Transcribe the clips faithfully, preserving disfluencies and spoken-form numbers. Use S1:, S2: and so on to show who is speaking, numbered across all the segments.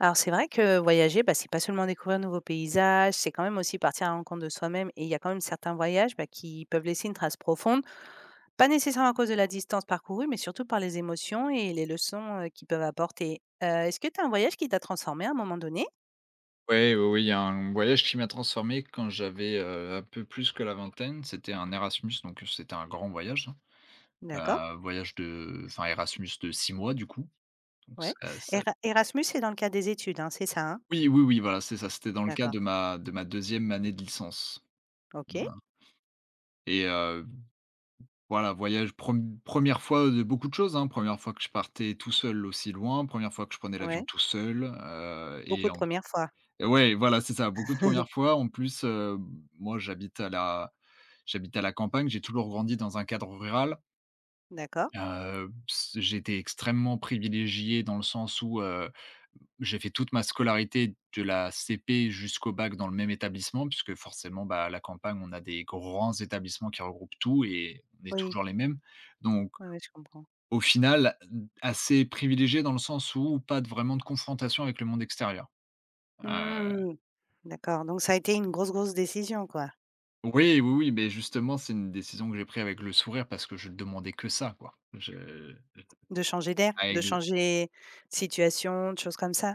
S1: Alors c'est vrai que voyager, bah, c'est pas seulement découvrir de nouveaux paysages, c'est quand même aussi partir à la rencontre de soi-même et il y a quand même certains voyages, bah, qui peuvent laisser une trace profonde, pas nécessairement à cause de la distance parcourue, mais surtout par les émotions et les leçons, heu, qu'ils peuvent apporter. Heu, est-ce que tu as un voyage qui t'a transformé à un moment donné?
S2: Ouais, oui, oui, il y a un voyage qui m'a transformé quand j'avais, heu, un peu plus que la vingtaine. C'était un Erasmus, donc c'était un grand voyage,
S1: D'accord,
S2: hein. Heu, voyage de enfin Erasmus de six mois du coup, donc
S1: ouais.
S2: ça ça
S1: Era Erasmus, c'est dans le cadre des études, hein, c'est ça, hein?
S2: Oui, oui, oui, voilà, c'est ça, c'était dans le cadre
S1: D'accord,
S2: de ma de ma deuxième année de licence.
S1: OK,
S2: Voilà et heu, voilà, voyage prem une fois de beaucoup de choses, hein. une fois que je partais tout seul aussi loin, première fois que je prenais l'avion
S1: ouais.
S2: tout seul, heu et
S1: Beaucoup de
S2: en
S1: premières fois.
S2: ouais, voilà, c'est ça, beaucoup de premières fois. En plus, heu, moi, j'habite à la j'habite à la campagne, j'ai toujours grandi dans un cadre rural.
S1: D'accord.
S2: Heu, s J'ai extrêmement privilégié dans le sens où, heu, j'ai fait toute ma scolarité de la C P jusqu'au bac dans le même établissement puisque forcément, bah, à la campagne, on a des grands établissements qui regroupent tout et on est
S1: Oui.
S2: toujours les mêmes. Donc
S1: Ouais, ouais, je comprends.
S2: au final, assez privilégié dans le sens où pas de vraiment de confrontation avec le monde extérieur. Heu
S1: Mmh. D'accord, donc ça a été une grosse, grosse décision, quoi.
S2: Oui, oui, oui, mais justement, c'est une décision que j'ai prise avec le sourire parce que je demandais que ça, quoi. Je
S1: De changer d'air,
S2: ah
S1: de
S2: exa
S1: changer de situation, de choses comme ça?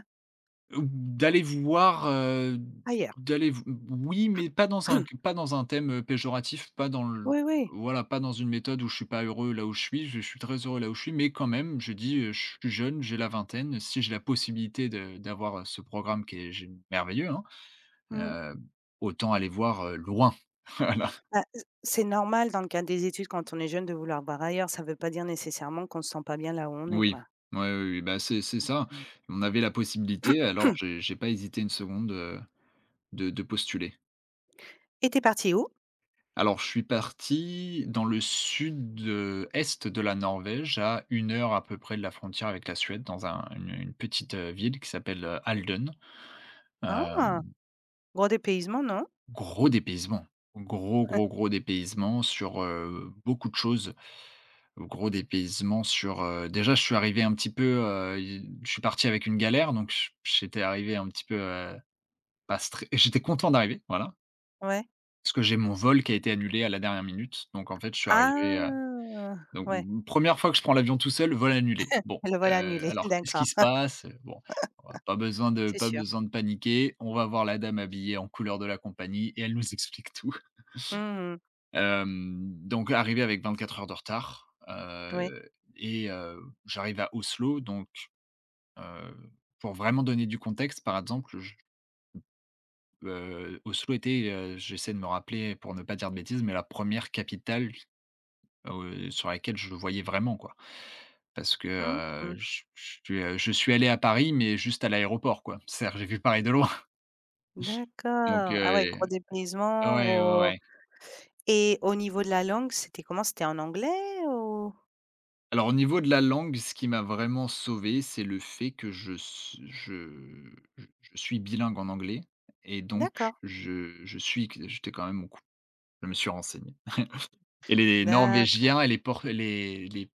S2: Ou d'aller voir, heu,
S1: Ailleurs.
S2: d'aller v oui, mais pas dans un pas dans un thème, heu, péjoratif, pas dans le
S1: Oui, oui.
S2: voilà, pas dans une méthode où je suis pas heureux là où je suis. Je suis très heureux là où je suis, mais quand même, je dis, heu: «Je suis jeune, j'ai la vingtaine, si j'ai la possibilité de d'avoir, heu, ce programme qui est gé merveilleux, hein,
S1: Mmh.
S2: heu, autant aller voir, heu, loin».
S1: Bah, c c'est normal dans le cadre des études quand on est jeune de vouloir voir ailleurs, ça ne veut pas dire nécessairement qu'on ne se sent pas bien là où on est,
S2: Oui,
S1: quoi,
S2: ouais, oui, oui, bah, c'est c'est
S1: donc
S2: ça.
S1: heu
S2: On avait la possibilité, alors j'ai j'ai pas hésité une seconde, heu, de de postuler.
S1: et t'es parti où?
S2: Alors je suis parti dans le sud, est de la Norvège, à une heure à peu près de la frontière avec la Suède, dans un une une petite, heu, ville qui s'appelle, heu, Halden. Hem,
S1: Ah! Gros dépaysement, non?
S2: Gros dépaysement, gros, gros, gros dépaysement sur, heu, beaucoup de choses. Gros dépaysement sur, heu, déjà je suis arrivé un petit peu, heu, i je suis parti avec une galère, donc j j'étais arrivé un petit peu, Pas stré j'étais content d'arriver, voilà,
S1: Ouais.
S2: parce que j'ai mon vol qui a été annulé à la dernière minute, donc en fait, je suis arrivé, heu,
S1: Ah!
S2: donc
S1: Ouais,
S2: première fois que je prends l'avion tout seul, vol annulé. Bon,
S1: le voilà
S2: heu,
S1: annulé,
S2: alors qu'est-ce qui
S1: d'accord,
S2: se passe? Euh, bon, heu, pas besoin de
S1: c'est
S2: pas
S1: sûr.
S2: besoin de paniquer, on va voir la dame habillée en couleur de la compagnie et elle nous explique tout.
S1: Mmh.
S2: Hem, donc arrivé avec vingt-quatre heures de retard,
S1: Oui.
S2: heu et heu, j'arrive à Oslo donc, heu, pour vraiment donner du contexte, par exemple, Heu, Oslo était, heu, j'essaie de me rappeler pour ne pas dire de bêtises, mais la première capitale, heu, sur laquelle je le voyais vraiment, quoi. Parce que,
S1: Mmh mmh.
S2: heu, je je suis, heu, je suis allé à Paris, mais juste à l'aéroport, quoi. C'est-à-dire, j'ai vu Paris de loin. Donc,
S1: D'accord. Ah ouais,
S2: heu,
S1: gros dépaysement,
S2: ouais, ouais,
S1: gros.
S2: ouais.
S1: Et au niveau de la langue, c'était comment? C'était en anglais ou?
S2: Alors au niveau de la langue, ce qui m'a vraiment sauvé, c'est le fait que je s je je je suis bilingue en anglais et donc
S1: D'accord.
S2: je je suis j'étais quand même au cou je me suis renseigné. Et les
S1: D'accord,
S2: Norvégiens et les Por les les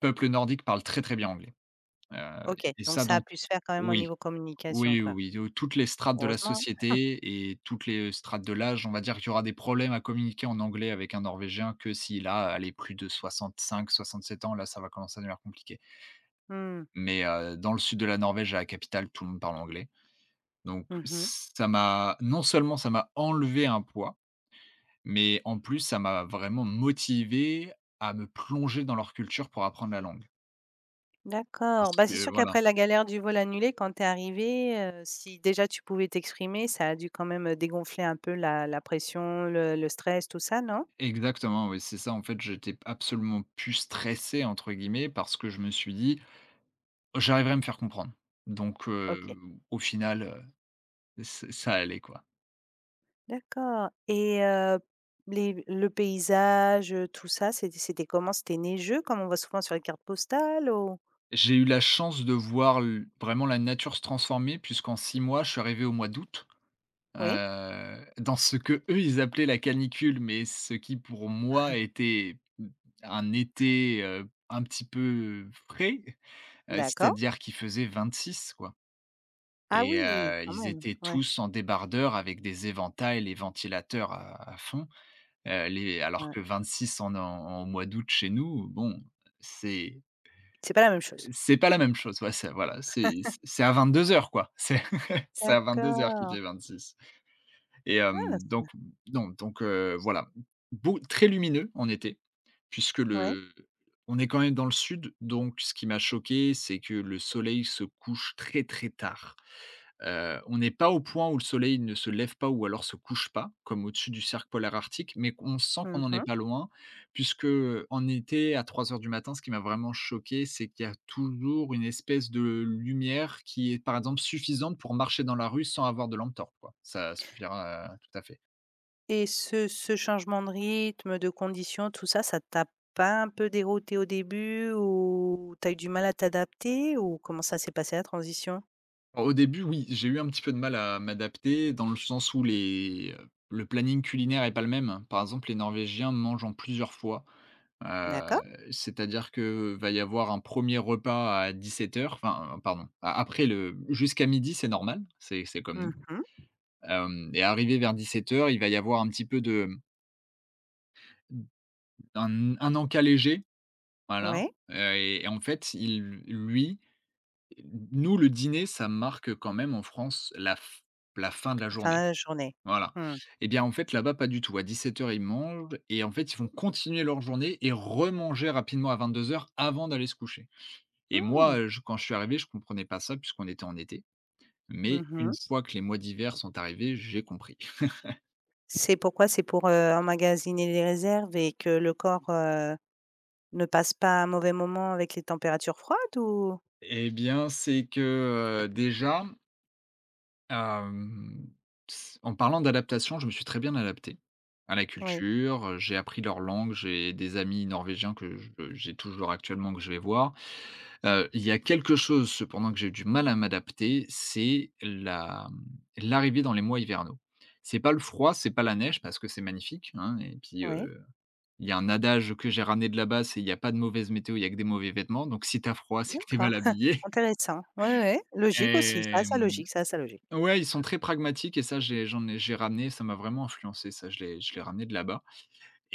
S2: peuple nordique parle très, très bien anglais, heu
S1: OK,
S2: et et
S1: donc
S2: ça
S1: ça a
S2: dans
S1: pu se faire quand même au
S2: oui,
S1: niveau communication,
S2: oui,
S1: quoi.
S2: oui, oui, oui, toutes les strates de la
S1: Heureusement.
S2: société et toutes les strates de l'âge, on va dire qu'il y aura des problèmes à communiquer en anglais avec un norvégien que s'il a, allez, plus de soixante cinq soixante sept ans, là, ça va commencer à devenir compliqué.
S1: Mmh.
S2: Mais heu, dans le sud de la Norvège, à la capitale, tout le monde parle anglais. Donc
S1: Mmh mh.
S2: ça m'a non seulement ça m'a enlevé un poids, mais en plus ça m'a vraiment motivé à me plonger dans leur culture pour apprendre la langue. Parce
S1: D'accord, bah, c'est
S2: que
S1: sûr
S2: voilà.
S1: qu'après la galère du vol annulé, quand tu es arrivée, heu, si déjà tu pouvais t'exprimer, ça a dû quand même, heu, dégonfler un peu la la pression, le le stress, tout ça, non?
S2: Exactement, oui, c'est ça. En fait, j'étais absolument plus «stressé» entre guillemets parce que je me suis dit: «J'arriverai à me faire comprendre». Donc heu,
S1: OK,
S2: au final, heu, ç ça allait quoi.
S1: d'accord et heu, les le paysage, heu, tout ça, c'était c'était comment? C'était neigeux comme on voit souvent sur les cartes postales ou?
S2: J'ai eu la chance de voir l vraiment la nature se transformer puisqu'en six mois, je suis arrivé au mois d'août,
S1: Oui?
S2: heu, dans ce que eux ils appelaient la canicule, mais ce qui pour moi était, mmh, un été, heu, un petit peu frais, heu,
S1: D'accord.
S2: c'est-à-dire qu'il faisait vingt-six quoi.
S1: Ah
S2: Et
S1: oui,
S2: heu,
S1: quand
S2: ils
S1: même,
S2: étaient
S1: ouais,
S2: tous en débardeur avec des éventails, les ventilateurs à à fond, heu, les alors
S1: ouais.
S2: que vingt-six en en en mois d'août chez nous, bon, c'est
S1: C'est pas la même chose.
S2: c'est pas la même chose. Ouais, c'est voilà, c'est c'est c'est à vingt-deux heures quoi. C'est c'est à vingt-deux heures qu'il
S1: D'accord.
S2: fait vingt-six et
S1: Ah!
S2: hem,
S1: C
S2: donc non, donc heu, voilà. Beau Très lumineux en été puisque
S1: ouais.
S2: le on est quand même dans le sud, donc ce qui m'a choqué, c'est que le soleil se couche très, très tard. Heu, on n'est pas au point où le soleil ne se lève pas ou alors se couche pas, comme au-dessus du cercle polaire arctique, mais on sent qu'on n'en est
S1: Mmh.
S2: pas loin puisque, en été, à trois heures du matin, ce qui m'a vraiment choqué, c'est qu'il y a toujours une espèce de lumière qui est, par exemple, suffisante pour marcher dans la rue sans avoir de lampe torche, quoi. Ça suffira, heu, tout à fait.
S1: Et ce ce changement de rythme, de conditions, tout ça, ça t'a pas un peu dérouté au début ou t'as eu du mal à t'adapter ou comment ça s'est passé la transition?
S2: Alors, au début, oui, j'ai eu un petit peu de mal à m'adapter dans le sens où les, le planning culinaire est pas le même. Par exemple, les Norvégiens mangent en plusieurs fois. Heu,
S1: D'accord.
S2: C'est-à-dire que va y avoir un premier repas à dix-sept heures. Enfin, euh, pardon, a après le jusqu'à midi, c'est normal, c'est c'est comme nous,
S1: Mmh.
S2: hem et arrivé vers dix-sept heures, il va y avoir un petit peu de un un encas léger, voilà,
S1: Ouais,
S2: heu et et en fait, il lui nous le dîner, ça marque quand même en France la f la fin de la journée,
S1: fin de journée.
S2: voilà
S1: Mmh
S2: et bien, en fait, là-bas, pas du tout. À dix-sept heures, ils mangent et en fait, ils vont continuer leur journée et remanger rapidement à vingt-deux heures avant d'aller se coucher. Et
S1: mh.
S2: moi, je quand je suis arrivé, je comprenais pas ça puisqu'on était en été, mais une
S1: Mmh.
S2: fois que les mois d'hiver sont arrivés, j'ai compris.
S1: C'est pourquoi? C'est pour, heu, emmagasiner les réserves et que le corps, heu, ne passe pas un mauvais moment avec les températures froides ou?
S2: Eh bien, c'est que, heu, déjà, hem, s en parlant d'adaptation, je me suis très bien adapté à la
S1: Oui,
S2: culture, heu, j'ai appris leur langue, j'ai des amis norvégiens que je j'ai toujours actuellement que je vais voir. Heu, il y a quelque chose cependant que j'ai eu du mal à m'adapter, c'est la, mmh, l'arrivée dans les mois hivernaux. C'est pas le froid, c'est pas la neige parce que c'est magnifique, hein et puis,
S1: oui,
S2: heu il y a un adage que j'ai ramené de là-bas, c'est: «Il y a pas de mauvaise météo, il y a que des mauvais vêtements», donc si tu as froid, c'est que tu es
S1: d'accord.
S2: mal habillé.
S1: Intéressant. Oui, oui. Logique aussi. Ça a
S2: Hem,
S1: logique, ça a sa logique.
S2: ouais, ils sont très pragmatiques et ça, j'ai j'en ai j'ai ramené, ça m'a vraiment influencé ça, je l'ai je l'ai ramené de là-bas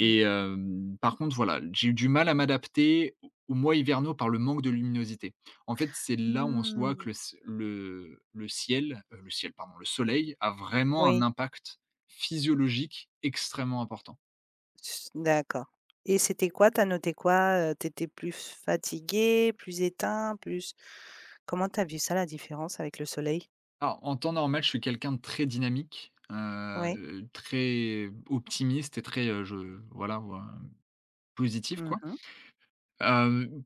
S1: Mmh.
S2: hem, par contre, voilà, j'ai eu du mal à m'adapter aux mois hivernaux par le manque de luminosité. En fait, c'est là où on se voit
S1: Mmh.
S2: que le c le le ciel, heu, le ciel, pardon, le soleil a vraiment un
S1: Oui,
S2: impact physiologique extrêmement important.
S1: s d'accord. Et c'était quoi? T'as noté quoi? Heu, tu plus fatigué, plus éteint, plus comment t'as vu ça, la différence avec le soleil?
S2: Alors, en temps normal, je suis quelqu'un de très dynamique,
S1: Oui.
S2: heu, très optimiste et très, heu, je voilà, ouais, positif, quoi.
S1: Mmh.
S2: Hem,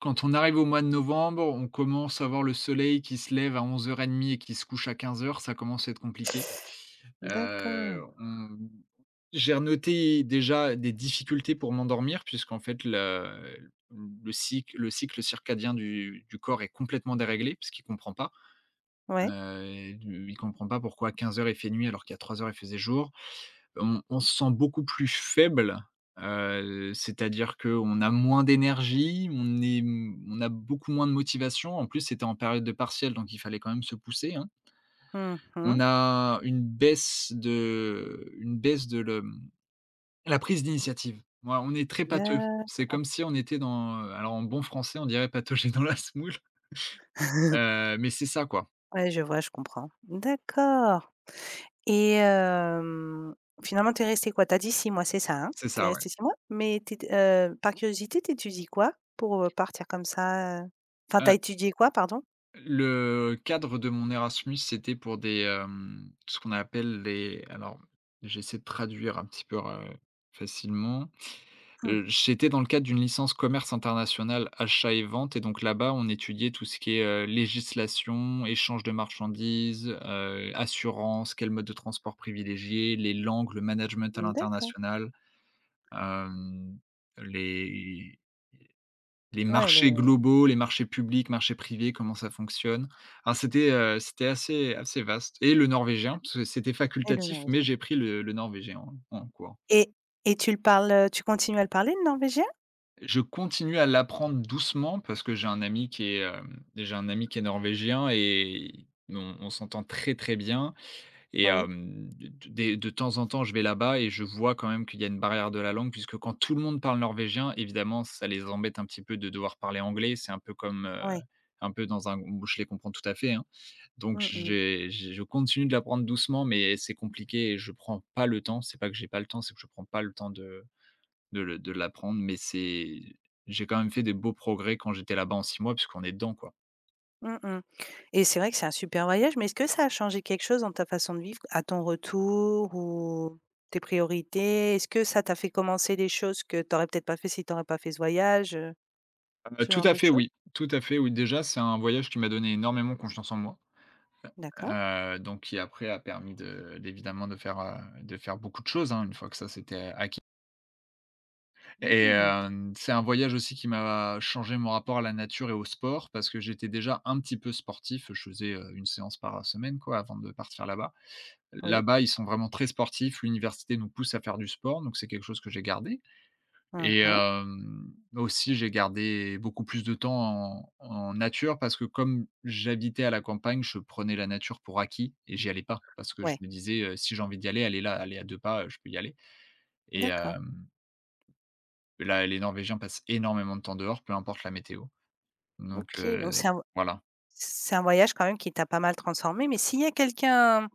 S2: Quand on arrive au mois de novembre, on commence à voir le soleil qui se lève à onze heures trente et qui se couche à quinze heures, ça commence à être compliqué.
S1: D'accord.
S2: Heu, on j'ai noté déjà des difficultés pour m'endormir puisqu'en fait le le cycle le cycle circadien du du corps est complètement déréglé parce puisqu'il comprend pas.
S1: Ouais.
S2: Heu et du Il comprend pas pourquoi à quinze heures il fait nuit alors qu'à trois heures il faisait jour. On on se sent beaucoup plus faible, heu, c'est-à-dire qu'on a moins d'énergie, on est mmh, on a beaucoup moins de motivation. En plus, c'était en période de partiels, donc il fallait quand même se pousser, hein. On
S1: Mmh.
S2: a une baisse de une baisse de le mmh, la prise d'initiative. Ouais, on est très pâteux. C'est
S1: D'accord.
S2: comme si on était dans, alors en bon français, on dirait patauger dans la semoule, heu, mais c'est ça, quoi.
S1: Ouais, je vois, je comprends. D'accord et hem, finalement, t'es resté quoi? T'as dit six mois, c'est ça, hein?
S2: C'est
S1: Tu
S2: ça, ouais.
S1: resté six mois? Mais tu étais, par curiosité, tu étudies quoi pour, heu, partir comme ça, heu? Enfin, t'as étudié quoi, pardon?
S2: Le cadre de mon Erasmus, c'était pour des, hem, ce qu'on appelle les alors, j'essaie de traduire un petit peu ra facilement.
S1: Mmh.
S2: Heu, j'étais dans le cadre d'une licence commerce international, achat et vente et donc là-bas, on étudiait tout ce qui est, heu, législation, échange de marchandises, heu, assurance, quel mode de transport privilégier, les langues, le management à
S1: D'accord.
S2: l'international, hem, les les
S1: Ouais, le.
S2: marchés globaux, les marchés publics, marchés privés, comment ça fonctionne. Alors c'était, heu, c'était assez assez vaste et le norvégien, parce que c'était
S1: Et le
S2: facultatif, mais
S1: norvégien.
S2: j'ai pris le le norvégien en en cours.
S1: Et et tu le parles, heu, tu continues à le parler le norvégien?
S2: Je continue à l'apprendre doucement parce que j'ai un ami qui est, hem, j'ai un ami qui est norvégien et on on s'entend très, très bien. Et
S1: Oui,
S2: hem, de de temps en temps, je vais là-bas et je vois quand même qu'il y a une barrière de la langue puisque quand tout le monde parle norvégien, évidemment, ça les embête un petit peu de devoir parler anglais. C'est un peu comme, heu,
S1: ouais.
S2: un peu dans un bon, je les comprends tout à fait, hein. Donc
S1: Mmh mh.
S2: j'ai j'ai je continue de l'apprendre doucement, mais c'est compliqué et je prends pas le temps. C'est pas que j'ai pas le temps, c'est que je prends pas le temps de de le de l'apprendre, mais c'est j'ai quand même fait des beaux progrès quand j'étais là-bas en six mois puisqu'on est dedans, quoi.
S1: Mmh mh. Et c'est vrai que c'est un super voyage, mais est-ce que ça a changé quelque chose dans ta façon de vivre à ton retour ou tes priorités? Est-ce que ça t'a fait commencer des choses que tu aurais peut-être pas fait si tu aurais pas fait ce voyage, heu,
S2: Heu,
S1: ce
S2: tout
S1: genre
S2: à
S1: de
S2: fait,
S1: choses?
S2: oui. Tout à fait, oui. Déjà, c'est un voyage qui m'a donné énormément confiance en moi.
S1: D'accord.
S2: Heu, donc qui après a permis de d'évidemment de faire, heu, de faire beaucoup de choses, hein, une fois que ça c'était acquis. Et
S1: Mmh.
S2: hem, c'est un voyage aussi qui m'a changé mon rapport à la nature et au sport parce que j'étais déjà un petit peu sportif. Je faisais, heu, une séance par semaine quoi avant de partir là-bas.
S1: Oui.
S2: Là-bas, ils sont vraiment très sportifs, l'université nous pousse à faire du sport, donc c'est quelque chose que j'ai gardé.
S1: Mmh
S2: Et
S1: mh.
S2: hem, aussi j'ai gardé beaucoup plus de temps en en nature parce que comme j'habitais à la campagne, je prenais la nature pour acquis et j'y allais pas parce que je
S1: Ouais,
S2: me disais, heu: «Si j'ai envie d'y aller, aller là, aller à deux pas, heu, je peux y aller». Et
S1: d'accord.
S2: hem, là, les Norvégiens passent énormément de temps dehors, peu importe la météo. Donc
S1: OK, donc
S2: heu,
S1: c'est un v
S2: voilà.
S1: c'est un voyage quand même qui t'a pas mal transformée, mais s'il y a quelqu'un.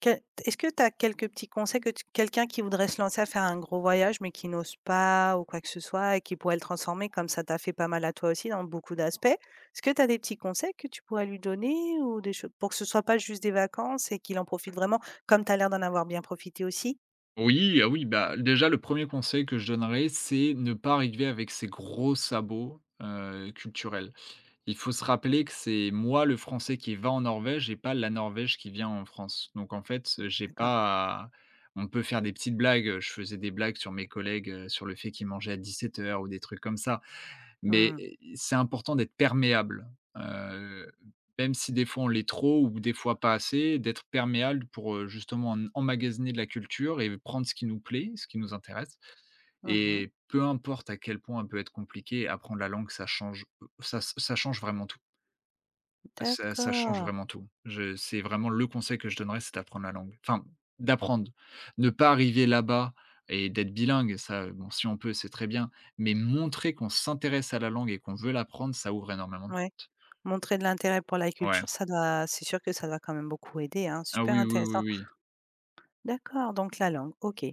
S1: Que Est-ce que tu as quelques petits conseils que tu, quelqu'un qui voudrait se lancer à faire un gros voyage, mais qui n'ose pas ou quoi que ce soit et qui pourrait le transformer comme ça t'a fait pas mal à toi aussi dans beaucoup d'aspects. Est-ce que tu as des petits conseils que tu pourrais lui donner ou des choses pour que ce soit pas juste des vacances et qu'il en profite vraiment comme tu as l'air d'en avoir bien profité aussi?
S2: Oui, ah oui, bah, déjà le premier conseil que je donnerais, c'est ne pas arriver avec ses gros sabots, heu, culturels. Il faut se rappeler que c'est moi le Français qui va en Norvège et pas la Norvège qui vient en France. Donc en fait, j'ai
S1: D'accord.
S2: pas à. On peut faire des petites blagues, je faisais des blagues sur mes collègues, heu, sur le fait qu'ils mangeaient à dix-sept heures ou des trucs comme ça, mais
S1: Mmh.
S2: eh, c'est important d'être perméable, heu, même si des fois on l'est trop ou des fois pas assez, d'être perméable pour, heu, justement en emmagasiner de la culture et prendre ce qui nous plaît, ce qui nous intéresse.
S1: Mmh.
S2: Et peu importe à quel point elle peut être compliqué, apprendre la langue, ça change, ça ça change vraiment tout. Ah ça ça change
S1: D'accord.
S2: vraiment tout. Je C'est vraiment le conseil que je donnerais, c'est d'apprendre la langue. Enfin, d'apprendre. Ne pas arriver là-bas et d'être bilingue, ça, bon, si on peut, c'est très bien, mais montrer qu'on s'intéresse à la langue et qu'on veut l'apprendre, ça ouvre énormément de
S1: Ouais.
S2: portes.
S1: Montrer de l'intérêt pour la
S2: Ouais.
S1: culture, ça doit, c'est sûr que ça doit quand même beaucoup aider, hein.
S2: Ah
S1: Super
S2: oui, oui, oui,
S1: intéressant.
S2: oui.
S1: D'accord, donc la langue, OK.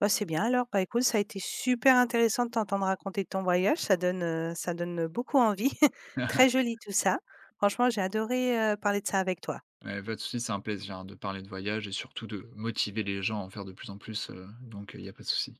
S1: Bah, c'est bien alors. Bah, écoute, ça a été super intéressant de t'entendre raconter ton voyage. Ça donne, heu, ça donne beaucoup envie. Très joli tout ça. Franchement, j'ai adoré, heu, parler de ça avec toi.
S2: Ouais, pas de souci, c'est un plaisir, hein, de parler de voyage et surtout de motiver les gens à en faire de plus en plus, heu, donc il n'y a pas de souci.